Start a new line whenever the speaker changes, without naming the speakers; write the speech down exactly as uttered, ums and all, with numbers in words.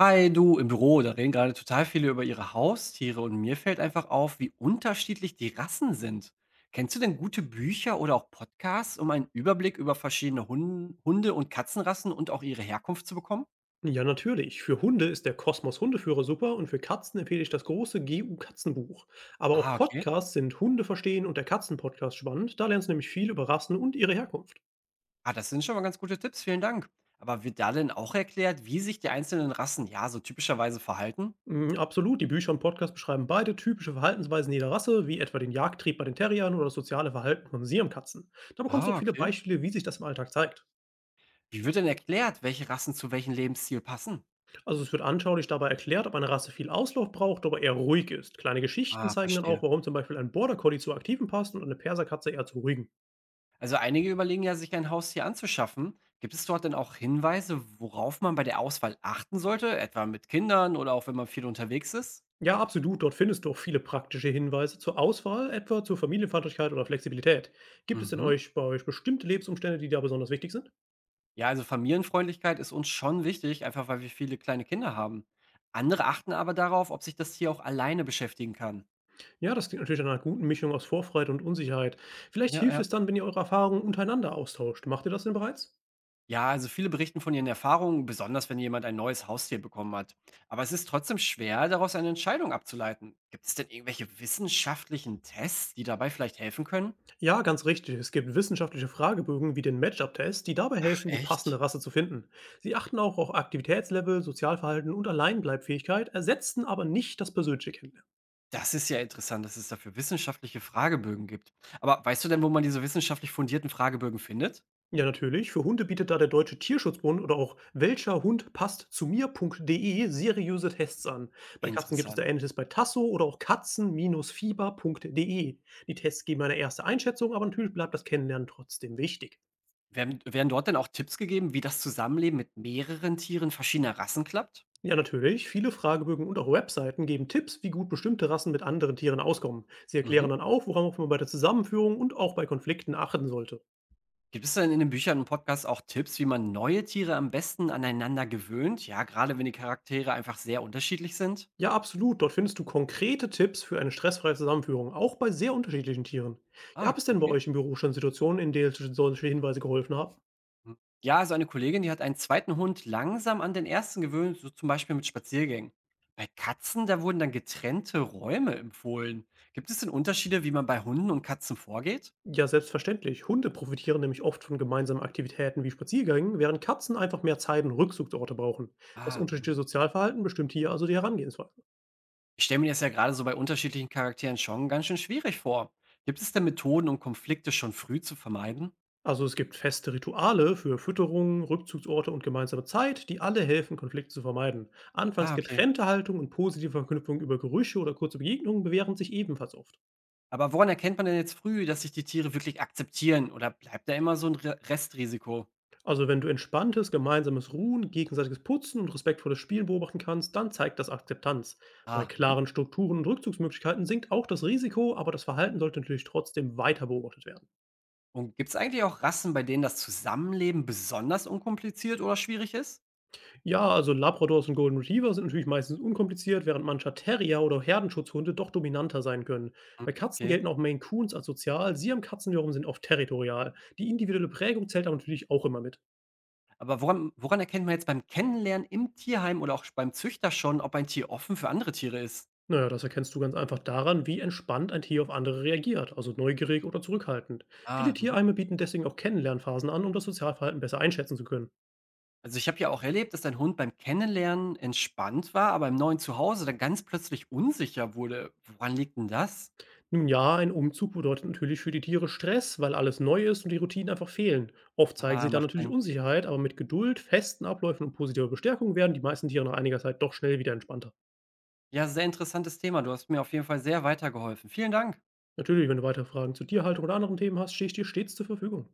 Hi, du im Büro, da reden gerade total viele über ihre Haustiere und mir fällt einfach auf, wie unterschiedlich die Rassen sind. Kennst du denn gute Bücher oder auch Podcasts, um einen Überblick über verschiedene Hun Hunde- und Katzenrassen und auch ihre Herkunft zu bekommen?
Ja, natürlich. Für Hunde ist der Kosmos Hundeführer super und für Katzen empfehle ich das große G U Katzenbuch. Aber auch
Ah, okay.
Podcasts sind Hunde verstehen und der Katzenpodcast spannend. Da lernst du nämlich viel über Rassen und ihre Herkunft.
Ah, das sind schon mal ganz gute Tipps, vielen Dank. Aber wird da denn auch erklärt, wie sich die einzelnen Rassen ja so typischerweise verhalten?
Mm, absolut, die Bücher und Podcasts beschreiben beide typische Verhaltensweisen jeder Rasse, wie etwa den Jagdtrieb bei den Terriern oder das soziale Verhalten von Siamkatzen. Da bekommst du
Ah,
auch viele
okay.
Beispiele, wie sich das im Alltag zeigt.
Wie wird denn erklärt, welche Rassen zu welchem Lebensstil passen?
Also es wird anschaulich dabei erklärt, ob eine Rasse viel Auslauf braucht, aber eher ruhig ist. Kleine Geschichten
Ah,
zeigen dann auch,
verstehe.
warum zum Beispiel ein Border Collie zu aktiven passt und eine Perserkatze eher zu ruhigen.
Also einige überlegen ja, sich ein Haustier anzuschaffen. Gibt es dort denn auch Hinweise, worauf man bei der Auswahl achten sollte, etwa mit Kindern oder auch wenn man viel unterwegs ist?
Ja, absolut. Dort findest du auch viele praktische Hinweise zur Auswahl, etwa zur Familienfreundlichkeit oder Flexibilität. Gibt es denn
Mhm.
euch bei euch bestimmte Lebensumstände, die da besonders wichtig sind?
Ja, also Familienfreundlichkeit ist uns schon wichtig, einfach weil wir viele kleine Kinder haben. Andere achten aber darauf, ob sich das Tier auch alleine beschäftigen kann.
Ja, das klingt natürlich nach einer guten Mischung aus Vorfreude und Unsicherheit. Vielleicht
Ja,
hilft
ja.
es dann, wenn ihr eure Erfahrungen untereinander austauscht. Macht ihr das denn bereits?
Ja, also viele berichten von ihren Erfahrungen, besonders wenn jemand ein neues Haustier bekommen hat. Aber es ist trotzdem schwer, daraus eine Entscheidung abzuleiten. Gibt es denn irgendwelche wissenschaftlichen Tests, die dabei vielleicht helfen können?
Ja, ganz richtig. Es gibt wissenschaftliche Fragebögen wie den Matchup-Test, die dabei
Ach
helfen, die passende
echt?
Rasse zu finden. Sie achten auch auf Aktivitätslevel, Sozialverhalten und Alleinbleibfähigkeit, ersetzten aber nicht das persönliche Kennenlernen.
Das ist ja interessant, dass es dafür wissenschaftliche Fragebögen gibt. Aber weißt du denn, wo man diese wissenschaftlich fundierten Fragebögen findet?
Ja, natürlich. Für Hunde bietet da der Deutsche Tierschutzbund oder auch welcher Hund passt zu mir.de seriöse Tests an. Bei Katzen gibt es da
Interessant.
ähnliches bei Tasso oder auch katzen-fieber.de. Die Tests geben eine erste Einschätzung, aber natürlich bleibt das Kennenlernen trotzdem wichtig.
Werden, werden dort denn auch Tipps gegeben, wie das Zusammenleben mit mehreren Tieren verschiedener Rassen klappt?
Ja, natürlich. Viele Fragebögen und auch Webseiten geben Tipps, wie gut bestimmte Rassen mit anderen Tieren auskommen. Sie
Mhm.
erklären dann auch, worauf man bei der Zusammenführung und auch bei Konflikten achten sollte.
Gibt es denn in den Büchern und Podcasts auch Tipps, wie man neue Tiere am besten aneinander gewöhnt? Ja, gerade wenn die Charaktere einfach sehr unterschiedlich sind.
Ja, absolut. Dort findest du konkrete Tipps für eine stressfreie Zusammenführung, auch bei sehr unterschiedlichen Tieren.
Ah,
Gab es denn bei
okay.
euch im Büro schon Situationen, in denen solche Hinweise geholfen haben?
Hm. Ja, also eine Kollegin, die hat einen zweiten Hund langsam an den ersten gewöhnt, so zum Beispiel mit Spaziergängen. Bei Katzen, da wurden dann getrennte Räume empfohlen. Gibt es denn Unterschiede, wie man bei Hunden und Katzen vorgeht?
Ja, selbstverständlich. Hunde profitieren nämlich oft von gemeinsamen Aktivitäten wie Spaziergängen, während Katzen einfach mehr Zeit und Rückzugsorte brauchen. Das
Ah,
unterschiedliche
mhm.
Sozialverhalten bestimmt hier also die Herangehensweise.
Ich stelle mir das ja gerade so bei unterschiedlichen Charakteren schon ganz schön schwierig vor. Gibt es denn Methoden, um Konflikte schon früh zu vermeiden?
Also es gibt feste Rituale für Fütterungen, Rückzugsorte und gemeinsame Zeit, die alle helfen, Konflikte zu vermeiden.
Ah,
Anfangs
okay.
getrennte Haltung und positive Verknüpfung über Gerüche oder kurze Begegnungen bewähren sich ebenfalls oft.
Aber woran erkennt man denn jetzt früh, dass sich die Tiere wirklich akzeptieren? Oder bleibt da immer so ein Re- Restrisiko?
Also, wenn du entspanntes, gemeinsames Ruhen, gegenseitiges Putzen und respektvolles Spielen beobachten kannst, dann zeigt das Akzeptanz. Bei
Ah, mhm.
klaren Strukturen und Rückzugsmöglichkeiten sinkt auch das Risiko, aber das Verhalten sollte natürlich trotzdem weiter beobachtet werden.
Und gibt's eigentlich auch Rassen, bei denen das Zusammenleben besonders unkompliziert oder schwierig ist?
Ja, also Labradors und Golden Retriever sind natürlich meistens unkompliziert, während mancher Terrier oder Herdenschutzhunde doch dominanter sein können.
Hm,
Bei Katzen
okay.
gelten auch Maine Coons als sozial, Siamkatzen wiederum sind oft territorial. Die individuelle Prägung zählt aber natürlich auch immer mit.
Aber woran woran erkennt man jetzt beim Kennenlernen im Tierheim oder auch beim Züchter schon, ob ein Tier offen für andere Tiere ist?
Naja, das erkennst du ganz einfach daran, wie entspannt ein Tier auf andere reagiert, also neugierig oder zurückhaltend. Viele
Ah, mhm.
Tiereime bieten deswegen auch Kennenlernphasen an, um das Sozialverhalten besser einschätzen zu können.
Also, ich habe ja auch erlebt, dass ein Hund beim Kennenlernen entspannt war, aber im neuen Zuhause dann ganz plötzlich unsicher wurde. Woran liegt denn das?
Nun ja, ein Umzug bedeutet natürlich für die Tiere Stress, weil alles neu ist und die Routinen einfach fehlen. Oft zeigen
Ah,
sie dann
macht
natürlich
Sinn.
Unsicherheit, aber mit Geduld, festen Abläufen und positiver Bestärkung werden die meisten Tiere nach einiger Zeit doch schnell wieder entspannter.
Ja, sehr interessantes Thema. Du hast mir auf jeden Fall sehr weitergeholfen. Vielen Dank.
Natürlich, wenn du weitere Fragen zur Tierhaltung oder anderen Themen hast, stehe ich dir stets zur Verfügung.